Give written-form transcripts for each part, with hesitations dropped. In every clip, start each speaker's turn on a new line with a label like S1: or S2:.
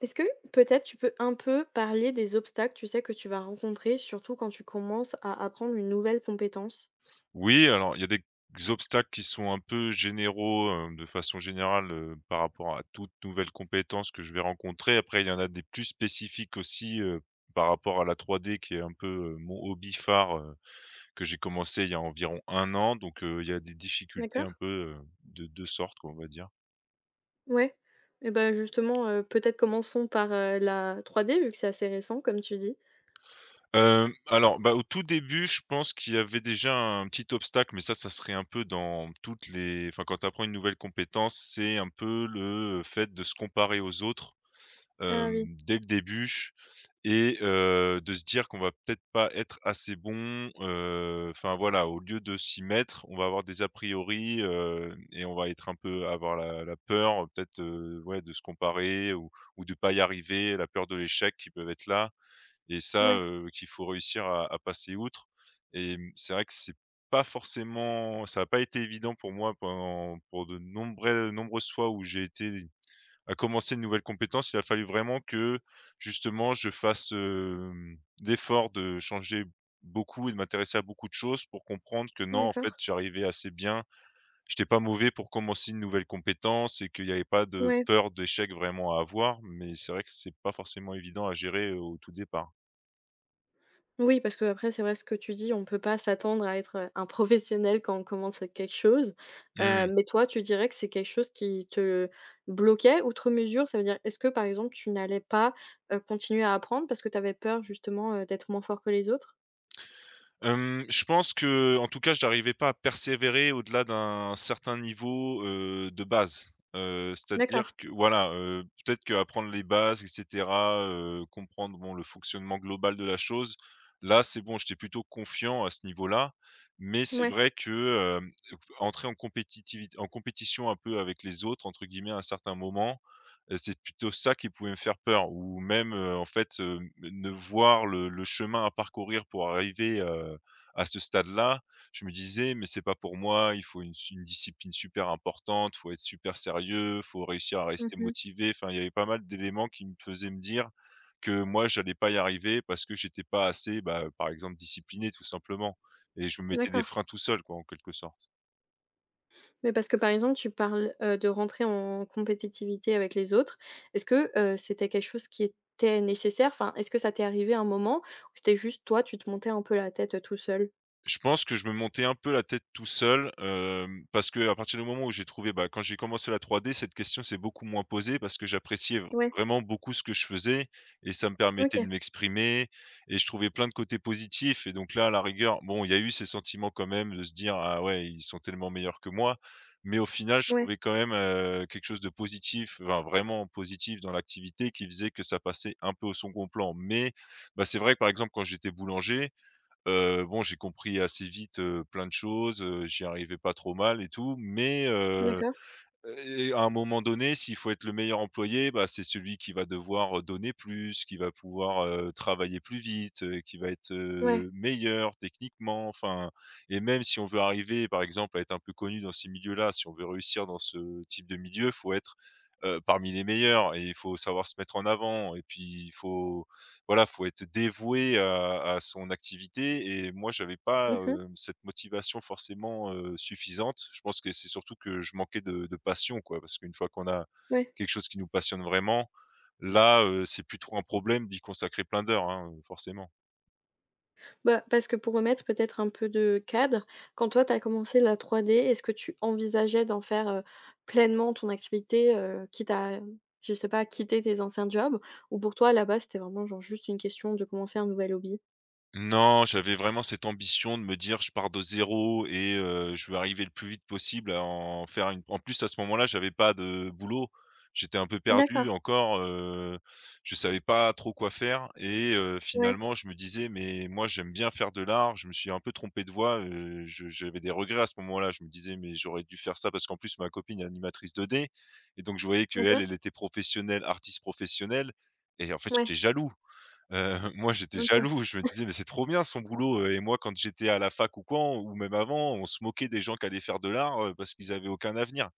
S1: Est-ce que peut-être tu peux un peu parler des obstacles, tu sais, que tu vas rencontrer, surtout quand tu commences à apprendre une nouvelle compétence?
S2: Oui, alors il y a des obstacles qui sont un peu généraux, de façon générale, par rapport à toute nouvelle compétence que je vais rencontrer. Après, il y en a des plus spécifiques aussi, par rapport à la 3D qui est un peu, mon hobby phare, que j'ai commencé il y a environ un an, donc il y a des difficultés
S1: D'accord?
S2: un peu, heu, de 2 sortes, quoi, on va dire.
S1: Ouais. Et ben justement, peut-être commençons par, la 3D vu que c'est assez récent comme tu dis.
S2: Alors, bah, au tout début, je pense qu'il y avait déjà un petit obstacle, mais ça serait un peu dans toutes les, enfin, quand tu apprends une nouvelle compétence, c'est un peu le fait de se comparer aux autres.
S1: Ah oui,
S2: Dès le début et de se dire qu'on va peut-être pas être assez bon, enfin voilà, au lieu de s'y mettre, on va avoir des a priori, et on va être un peu avoir la peur, peut-être, ouais, de se comparer ou de pas y arriver, la peur de l'échec qui peuvent être là et ça,
S1: ouais,
S2: qu'il faut réussir à passer outre et c'est vrai que c'est pas forcément ça a pas été évident pour moi pendant pour de nombreuses nombreuses fois où j'ai été à commencer une nouvelle compétence, il a fallu vraiment que justement je fasse, l'effort de changer beaucoup et de m'intéresser à beaucoup de choses pour comprendre que non, en fait,
S1: d'accord.
S2: j'arrivais assez bien. J'étais pas mauvais pour commencer une nouvelle compétence et qu'il n'y avait pas de
S1: Ouais.
S2: peur d'échec vraiment à avoir, mais c'est vrai que c'est pas forcément évident à gérer, au tout départ.
S1: Oui, parce que après c'est vrai ce que tu dis, on peut pas s'attendre à être, un professionnel quand on commence à quelque chose.
S2: Mmh.
S1: Mais toi, tu dirais que c'est quelque chose qui te bloquait outre mesure? Ça veut dire, est-ce que, par exemple, tu n'allais pas, continuer à apprendre parce que tu avais peur justement, d'être moins fort que les autres?
S2: Je pense que, en tout cas, je n'arrivais pas à persévérer au-delà d'un certain niveau, de base. C'est-à-dire
S1: D'accord,
S2: que voilà, peut-être qu'apprendre les bases et cetera, comprendre, bon, le fonctionnement global de la chose, là, c'est bon, j'étais plutôt confiant à ce niveau-là. Mais c'est
S1: ouais.
S2: vrai que, entrer en compétition un peu avec les autres, entre guillemets, à un certain moment. C'est plutôt ça qui pouvait me faire peur ou même, en fait, ne voir le chemin à parcourir pour arriver, à ce stade-là. Je me disais: «Mais c'est pas pour moi, il faut une discipline super importante, faut être super sérieux, faut réussir à rester
S1: Mmh.
S2: motivé». Enfin, il y avait pas mal d'éléments qui me faisaient me dire que moi j'allais pas y arriver parce que j'étais pas assez, bah, par exemple discipliné tout simplement, et je me mettais des
S1: D'accord.
S2: freins tout seul quoi, en quelque sorte.
S1: Mais parce que, par exemple, tu parles, de rentrer en compétitivité avec les autres. Est-ce que, c'était quelque chose qui était nécessaire? Enfin, est-ce que ça t'est arrivé un moment où c'était juste toi, tu te montais un peu la tête, tout seul?
S2: Je pense que je me montais un peu la tête tout seul, parce que à partir du moment où j'ai trouvé, bah, quand j'ai commencé la 3D, cette question s'est beaucoup moins posée parce que j'appréciais
S1: Ouais,
S2: vraiment beaucoup ce que je faisais, et ça me permettait de
S1: OK.
S2: m'exprimer, et je trouvais plein de côtés positifs. Et donc là, à la rigueur, bon, il y a eu ces sentiments quand même de se dire: «Ah ouais, ils sont tellement meilleurs que moi», mais au final, je
S1: Ouais,
S2: trouvais quand même, quelque chose de positif, enfin vraiment positif dans l'activité, qui faisait que ça passait un peu au second plan. Mais bah, c'est vrai que, par exemple, quand j'étais boulanger, bon, j'ai compris assez vite, plein de choses, j'y arrivais pas trop mal et tout, mais
S1: d'accord.
S2: et à un moment donné, s'il faut être le meilleur employé, bah, c'est celui qui va devoir donner plus, qui va pouvoir, travailler plus vite, qui va être,
S1: Ouais.
S2: meilleur techniquement, enfin. Et même si on veut arriver, par exemple, à être un peu connu dans ces milieux-là, si on veut réussir dans ce type de milieu, faut être, parmi les meilleurs, et il faut savoir se mettre en avant, et puis il faut, voilà, faut être dévoué à son activité, et moi j'avais pas,
S1: Mmh.
S2: cette motivation forcément, suffisante. Je pense que c'est surtout que je manquais de passion quoi, parce qu'une fois qu'on a
S1: Ouais.
S2: quelque chose qui nous passionne vraiment, là, c'est plus trop un problème d'y consacrer plein d'heures, hein, forcément.
S1: Bah, parce que pour remettre peut-être un peu de cadre, quand toi tu as commencé la trois d est-ce que tu envisageais d'en faire, pleinement ton activité, quitte à, je sais pas, quitter tes anciens jobs? Ou pour toi, là-bas c'était vraiment genre juste une question de commencer un nouvel hobby?
S2: Non, j'avais vraiment cette ambition de me dire: «Je pars de zéro et je veux arriver le plus vite possible à en faire une». En plus, à ce moment-là, j'avais pas de boulot. J'étais un peu perdu
S1: D'accord.
S2: encore, je savais pas trop quoi faire, et
S1: Ouais.
S2: finalement je me disais: «Mais moi j'aime bien faire de l'art». Je me suis un peu trompé de voie, je j'avais des regrets à ce moment-là. Je me disais: «Mais j'aurais dû faire ça», parce qu'en plus ma copine est animatrice 2D, et donc je voyais qu'elle, elle
S1: D'accord.
S2: elle était professionnelle, artiste professionnelle, et en fait
S1: Ouais.
S2: j'étais jaloux. Heu, Moi, j'étais
S1: OK.
S2: jaloux, je me disais: «Mais c'est trop bien son boulot», et moi, quand j'étais à la fac ou quoi, ou même avant, on se moquait des gens qui allaient faire de l'art, parce qu'ils avaient aucun avenir,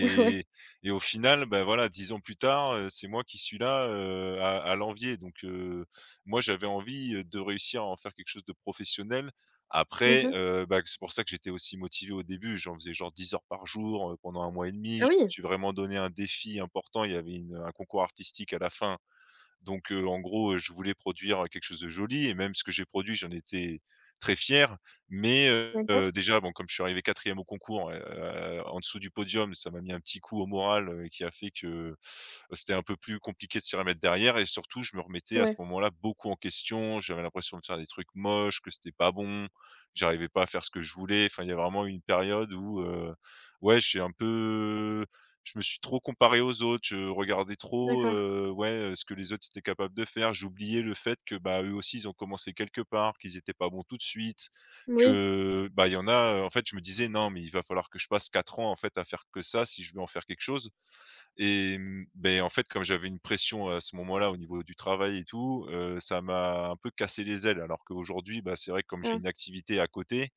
S1: Ouais.
S2: au final, ben voilà, 10 ans plus tard, c'est moi qui suis là, à l'envier, donc moi, j'avais envie, de réussir à en faire quelque chose de professionnel. Après,
S1: Mhm.
S2: bah, c'est pour ça que j'étais aussi motivé au début. J'en faisais genre 10 heures par jour, pendant un mois et demi.
S1: Ah
S2: Je me
S1: oui!
S2: suis vraiment donné un défi important. Il y avait une un concours artistique à la fin, donc, en gros, je voulais produire quelque chose de joli, et même ce que j'ai produit, j'en étais très fier. Mais,
S1: D'accord.
S2: déjà, bon, comme je suis arrivé quatrième au concours, ouais, en dessous du podium, ça m'a mis un petit coup au moral, qui a fait que c'était un peu plus compliqué de s'y remettre derrière. Et surtout, je me remettais à ce
S1: Ouais.
S2: moment-là beaucoup en question. J'avais l'impression de faire des trucs moches, que c'était pas bon, j'arrivais pas à faire ce que je voulais. Enfin, il y a vraiment eu une période où, ouais, j'ai un peu je me suis trop comparé aux autres, je regardais trop,
S1: D'accord.
S2: ouais, ce que les autres étaient capables de faire. J'oubliais le fait que, bah, eux aussi, ils ont commencé quelque part, qu'ils étaient pas bons tout de suite,
S1: Oui.
S2: que, bah, il y en a, en fait, je me disais: «Non, mais il va falloir que je passe 4 ans, en fait, à faire que ça si je veux en faire quelque chose». Et beh, en fait, comme j'avais une pression à ce moment-là au niveau du travail et tout, ça m'a un peu cassé les ailes, alors qu'aujourd'hui, bah, c'est vrai que comme j'ai
S1: Ah.
S2: une activité à côté,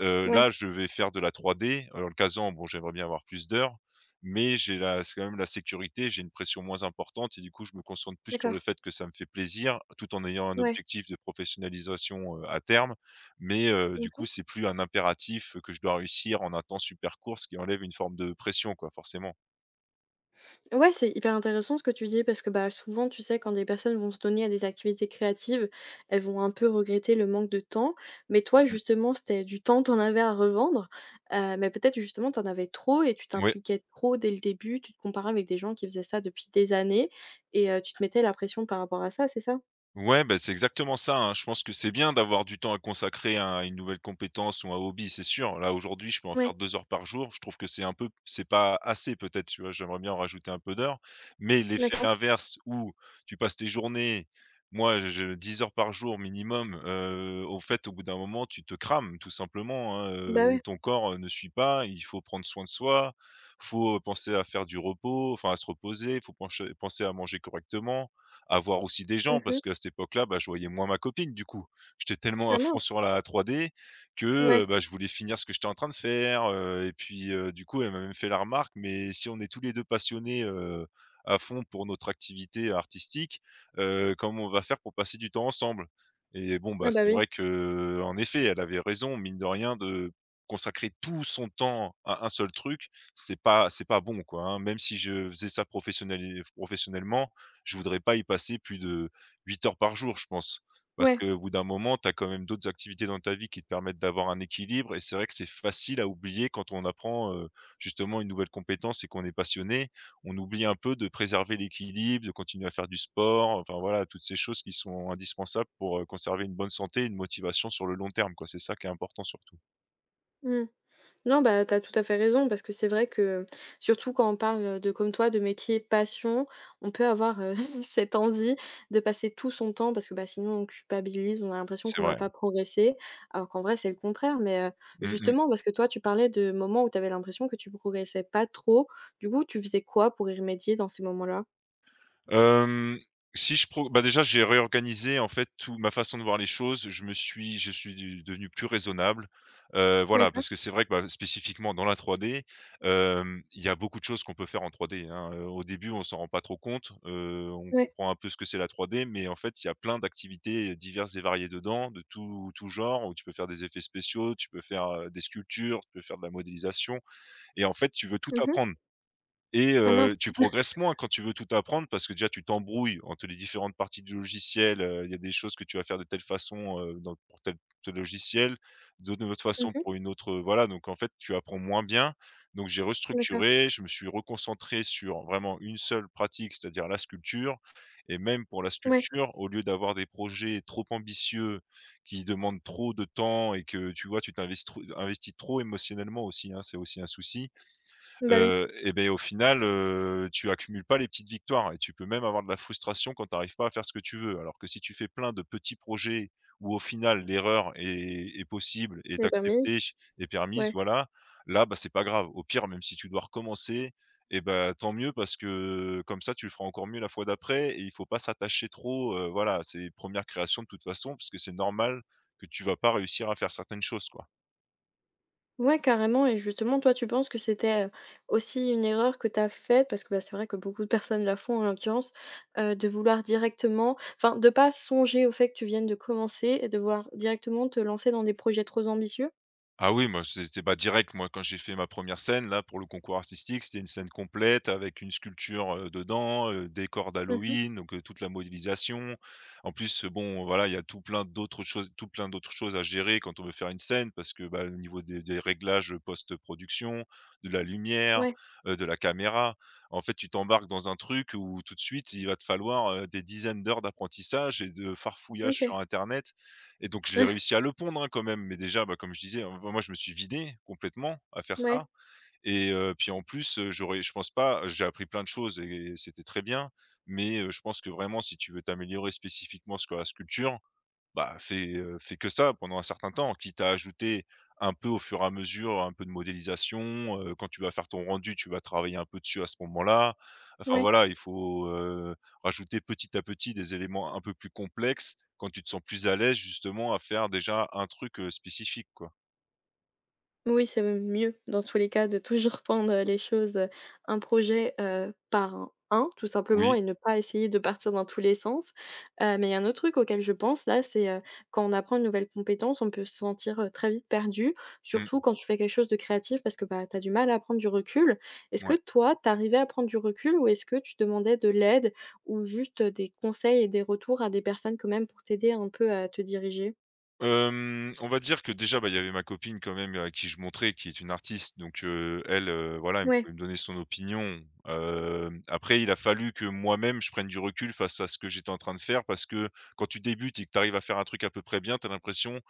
S1: Ouais.
S2: Là, je vais faire de la 3D. Alors, le Kazan, bon, j'aimerais bien avoir plus d'heures, mais j'ai la c'est quand même la sécurité, j'ai une pression moins importante, et du coup, je me concentre plus sur
S1: D'accord.
S2: le fait que ça me fait plaisir, tout en ayant un
S1: Ouais.
S2: objectif de professionnalisation, à terme. Mais, du coup,
S1: Mmh.
S2: c'est plus un impératif que je dois réussir en un temps super court, ce qui enlève une forme de pression, quoi, forcément.
S1: Ouais, c'est hyper intéressant ce que tu dis parce que bah, souvent, tu sais, quand des personnes vont se donner à des activités créatives, elles vont un peu regretter le manque de temps. Mais toi, justement, c'était du temps, t'en avais à revendre. Mais peut-être justement, t'en avais trop et tu
S2: Ouais.
S1: t'impliquais trop dès le début. Tu te comparais avec des gens qui faisaient ça depuis des années et tu te mettais la pression par rapport à ça, c'est ça?
S2: Ouais, bah, c'est exactement ça, hein. Je pense que c'est bien d'avoir du temps à consacrer à une nouvelle compétence ou un hobby, c'est sûr. Là, aujourd'hui, je peux en
S1: Ouais,
S2: faire 2 heures par jour. Je trouve que c'est un peu c'est pas assez peut-être, tu vois? J'aimerais bien en rajouter un peu d'heures, mais l'effet
S1: d'accord.
S2: inverse où tu passes tes journées, moi, je 10 heures par jour minimum, au fait, au bout d'un moment, tu te crames tout simplement, hein,
S1: Bah ouais.
S2: ton corps, ne suit pas. Il faut prendre soin de soi, faut penser à faire du repos, enfin à se reposer, faut pencher penser à manger correctement, à voir aussi des gens,
S1: Mhm.
S2: parce qu'à cette époque-là, bah, je voyais moins ma copine du coup. J'étais tellement à
S1: Ah
S2: fond
S1: mince.
S2: sur la 3D que,
S1: Ouais.
S2: bah, je voulais finir ce que j'étais en train de faire, et puis, du coup, elle m'a même fait la remarque: «Mais si on est tous les 2 passionnés, à fond pour notre activité artistique, comment on va faire pour passer du temps ensemble?» Et bon, bah,
S1: Ah bah
S2: c'est
S1: oui.
S2: vrai que, en effet, elle avait raison, mine de rien. De consacrer tout son temps à un seul truc, c'est pas bon quoi, hein. Même si je faisais ça professionneli professionnellement, je voudrais pas y passer plus de 8 heures par jour, je pense. Parce
S1: Ouais.
S2: qu'au bout d'un moment, tu as quand même d'autres activités dans ta vie qui te permettent d'avoir un équilibre et c'est vrai que c'est facile à oublier quand on apprend, justement une nouvelle compétence et qu'on est passionné. On oublie un peu de préserver l'équilibre, de continuer à faire du sport, enfin voilà, toutes ces choses qui sont indispensables pour, conserver une bonne santé une motivation sur le long terme, quoi. C'est ça qui est important surtout.
S1: Mm. Non, bah, tu as tout à fait raison parce que c'est vrai que, surtout quand on parle, de comme toi, de métier passion, on peut avoir, cette envie de passer tout son temps parce que, bah, sinon on culpabilise, on a l'impression
S2: C'est
S1: qu'on va
S2: vrai.
S1: pas progresser, alors qu'en vrai c'est le contraire. Mais,
S2: Mmh.
S1: justement parce que toi tu parlais de moments où tu avais l'impression que tu progressais pas trop, du coup tu faisais quoi pour y remédier dans ces moments-là?
S2: Hem, si je pro Bah, déjà, j'ai réorganisé, en fait, tout ma façon de voir les choses. Je me suis je suis du devenu plus raisonnable, voilà,
S1: D'accord,
S2: parce que c'est vrai que, bah, spécifiquement dans la trois d. Il y a beaucoup de choses qu'on peut faire en trois d, hein. Au début, on s'en rend pas trop compte, on
S1: ouais.
S2: comprend un peu ce que c'est la trois d, mais en fait, il y a plein d'activités diverses et variées dedans, de tout genre, où tu peux faire des effets spéciaux, tu peux faire, des sculptures, tu peux faire de la modélisation et en fait, tu veux tout
S1: Mmh mh.
S2: apprendre. Et
S1: Ah mince.
S2: tu progresses moins quand tu veux tout apprendre parce que déjà tu t'embrouilles entre les différentes parties du logiciel. Il y a des choses que tu vas faire de telle façon, dans pour tel logiciel, d'une autre façon
S1: Mmh.
S2: pour une autre, voilà donc en fait tu apprends moins bien. Donc j'ai
S1: D'accord.
S2: restructuré, je me suis reconcentré sur vraiment une seule pratique, c'est-à-dire la sculpture, et même pour la
S1: Ouais.
S2: sculpture, au lieu d'avoir des projets trop ambitieux qui demandent trop de temps et que tu vois, tu t'investis tr investis trop émotionnellement aussi, hein, c'est aussi un souci.
S1: Bah, oui,
S2: Et beh, au final, tu accumules pas les petites victoires et tu peux même avoir de la frustration quand tu arrives pas à faire ce que tu veux. Alors que si tu fais plein de petits projets où au final l'erreur est possible, est
S1: les permis
S2: acceptée, est permise,
S1: ouais.
S2: voilà, là, bah, c'est pas grave. Au pire, même si tu dois recommencer, et ben tant mieux parce que comme ça tu le feras encore mieux la fois d'après, et il faut pas s'attacher trop, voilà, à ses 1 créations de toute façon, parce que c'est normal que tu vas pas réussir à faire certaines choses, quoi.
S1: Ouais, carrément et justement, toi, tu penses que c'était, aussi une erreur que tu as faite parce que, bah, c'est vrai que beaucoup de personnes la font en l'occurrence, de vouloir directement enfin, de pas songer au fait que tu viennes de commencer et de vouloir directement te lancer dans des projets trop ambitieux?
S2: Ah oui, moi, c'était pas direct. Moi, quand j'ai fait ma première scène, là, pour le concours artistique, c'était une scène complète avec une sculpture dedans, décor
S1: Mmh.
S2: d'Halloween, donc toute la modélisation. En plus, bon, voilà, il y a tout plein d'autres choses, tout plein d'autres choses à gérer quand on veut faire une scène, parce que bah, au niveau des réglages post-production, de la lumière,
S1: Ouais,
S2: de la caméra, en fait, tu t'embarques dans un truc où tout de suite, il va te falloir des dizaines d'heures d'apprentissage et de farfouillage sur
S1: OK.
S2: Internet, et donc j'ai réussi à le pondre, hein, quand même, mais déjà, bah, comme je disais, hein, moi je me suis vidé complètement à faire ça.
S1: Ouais,
S2: Et puis en plus, j'aurais je pense pas, j'ai appris plein de choses et c'était très bien, mais je pense que vraiment si tu veux t'améliorer spécifiquement sur la sculpture, bah, fais que ça pendant un certain temps, quitte à ajouter un peu au fur et à mesure, un peu de modélisation. Quand tu vas faire ton rendu, tu vas travailler un peu dessus à ce moment-là. Enfin
S1: ouais.
S2: voilà, il faut, rajouter petit à petit des éléments un peu plus complexes quand tu te sens plus à l'aise justement à faire déjà un truc, spécifique quoi.
S1: Oui, c'est même mieux dans tous les cas de toujours prendre, les choses, un projet, par un, tout simplement
S2: Oui,
S1: et ne pas essayer de partir dans tous les sens. Mais il y a un autre truc auquel je pense là, c'est, quand on apprend une nouvelle compétence, on peut se sentir, très vite perdu, surtout
S2: mmh,
S1: quand tu fais quelque chose de créatif parce que, bah, tu as du mal à prendre du recul. Est-ce que
S2: ouais.
S1: toi, tu arrivais à prendre du recul ou est-ce que tu demandais de l'aide ou juste, des conseils et des retours à des personnes quand même pour t'aider un peu à te diriger?
S2: On va dire que déjà, bah, il y avait ma copine quand même à qui je montrais, qui est une artiste, donc elle, voilà, elle
S1: Ouais,
S2: pouvait me donner son opinion. Après il a fallu que moi-même je prenne du recul face à ce que j'étais en train de faire, parce que quand tu débutes et que tu arrives à faire un truc à peu près bien, tu as l'impression,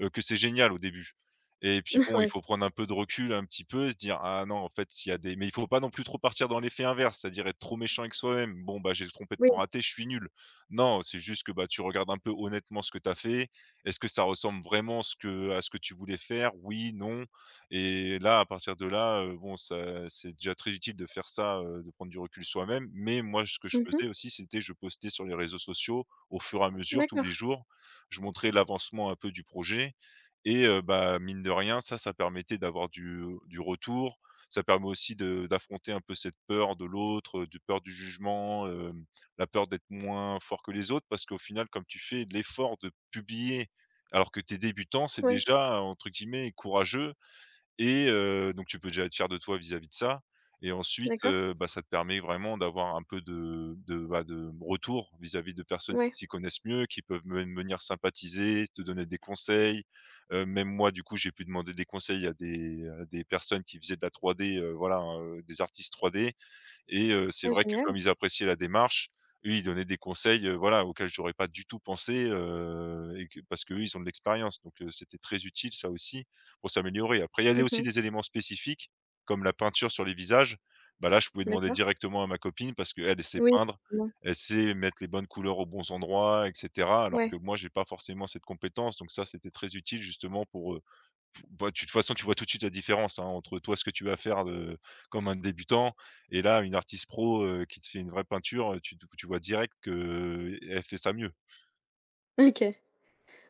S2: que c'est génial au début, et puis bon, il
S1: ouais,
S2: faut prendre un peu de recul, un petit peu se dire : « Ah non, en fait, il y a des... » mais il faut pas non plus trop partir dans l'effet inverse, c'est-à-dire être trop méchant avec soi-même. Bon, bah, j'ai
S1: oui.
S2: complètement raté, je suis nul. Non, c'est juste que, bah, tu regardes un peu honnêtement ce que tu as fait, est-ce que ça ressemble vraiment ce que à ce que tu voulais faire? Oui, non? Et là, à partir de là, bon, ça c'est déjà très utile de faire ça, de prendre du recul soi-même. Mais moi, ce que je
S1: Mmh.
S2: faisais aussi, c'était je postais sur les réseaux sociaux au fur et à mesure, tous les
S1: D'accord.
S2: jours. Je montrais l'avancement un peu du projet, et bah, mine de rien, ça permettait d'avoir du retour. Ça permet aussi de d'affronter un peu cette peur de l'autre, du peur du jugement, la peur d'être moins fort que les autres. Parce qu'au final, comme tu fais l'effort de publier alors que t'es débutant, c'est
S1: Ouais,
S2: déjà, entre guillemets, « courageux », et donc tu peux déjà être fier de toi vis-à-vis de ça, et ensuite,
S1: d'accord.
S2: bah, ça te permet vraiment d'avoir un peu de, bah, de retour vis-à-vis de personnes qui
S1: Ouais.
S2: s'y connaissent mieux, qui peuvent même venir sympathiser, te donner des conseils. Même moi, du coup, j'ai pu demander des conseils à des personnes qui faisaient de la 3D, voilà, hein, des artistes 3D, et c'est
S1: Ah
S2: vrai que
S1: génial.
S2: comme ils appréciaient la démarche, eux, ils donnaient des conseils, voilà, auxquels j'aurais pas du tout pensé, et que parce qu'eux, ils ont de l'expérience, donc c'était très utile ça aussi pour s'améliorer. Après, il y avait aussi
S1: Mmh.
S2: des éléments spécifiques, comme la peinture sur les visages. Bah là, je pouvais demander
S1: D'accord.
S2: directement à ma copine parce qu'elle sait
S1: Oui,
S2: peindre,
S1: bon,
S2: elle sait mettre les bonnes couleurs aux bons endroits et cetera, alors que
S1: ouais,
S2: moi, j'ai pas forcément cette compétence, donc ça, c'était très utile justement pour, bah, tu de toute façon, tu vois tout de suite la différence, hein, entre toi, ce que tu vas faire de comme un débutant, et là, une artiste pro, qui te fait une vraie peinture, tu vois direct qu'elle fait ça mieux.
S1: OK.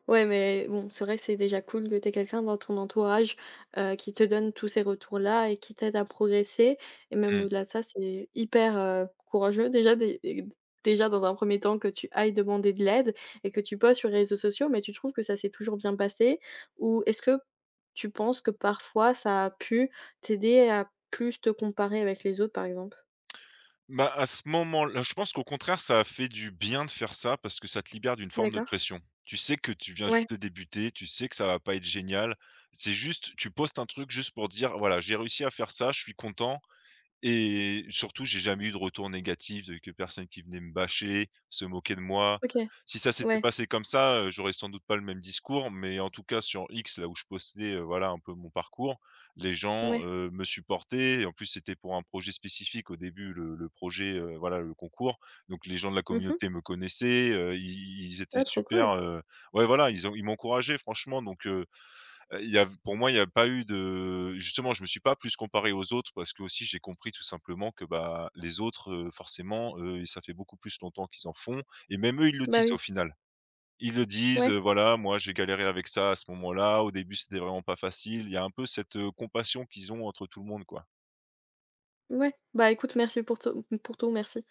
S1: Ouais, mais bon, c'est vrai que c'est déjà cool que tu quelqu'un dans ton entourage, qui te donne tous ces retours-là et qui t'aide à progresser et même
S2: Mmh.
S1: au-delà de ça, c'est hyper, courageux déjà dé dé déjà dans un premier temps que tu ailles demander de l'aide et que tu postes sur les réseaux sociaux, mais tu trouves que ça s'est toujours bien passé? Ou est-ce que tu penses que parfois ça a pu t'aider à plus te comparer avec les autres, par exemple?
S2: Bah, à ce moment-là, je pense qu'au contraire, ça a fait du bien de faire ça parce que ça te libère d'une forme de
S1: D'accord.
S2: pression. Tu sais que tu viens
S1: Ouais.
S2: juste de débuter, tu sais que ça va pas être génial. C'est juste tu postes un truc juste pour dire : « Voilà, j'ai réussi à faire ça, je suis content ». Et surtout, j'ai jamais eu de retour négatif de que personne qui venait me bâcher, se moquer de moi.
S1: OK.
S2: Si ça s'était
S1: Ouais.
S2: passé comme ça, j'aurais sans doute pas le même discours, mais en tout cas sur X, là où je postais, voilà un peu mon parcours, les gens,
S1: Ouais.
S2: me supportaient, et en plus c'était pour un projet spécifique au début, le projet, voilà, le concours. Donc les gens de la
S1: Mmh mh.
S2: communauté me connaissaient, ils étaient
S1: Ah trop
S2: super,
S1: cool.
S2: ouais voilà, ils m'encourageaient franchement, donc il y a pour moi, il n'y a pas eu de justement, je me suis pas plus comparé aux autres parce que aussi j'ai compris tout simplement que, bah, les autres, forcément, ça fait beaucoup plus longtemps qu'ils en font, et même eux, ils le
S1: Bah
S2: disent au
S1: oui,
S2: final. Ils le disent,
S1: ouais,
S2: Voilà, moi j'ai galéré avec ça à ce moment-là. Au début, c'était vraiment pas facile ». Il y a un peu cette, compassion qu'ils ont entre tout le monde, quoi.
S1: ouais. Bah écoute, merci pour tout, merci.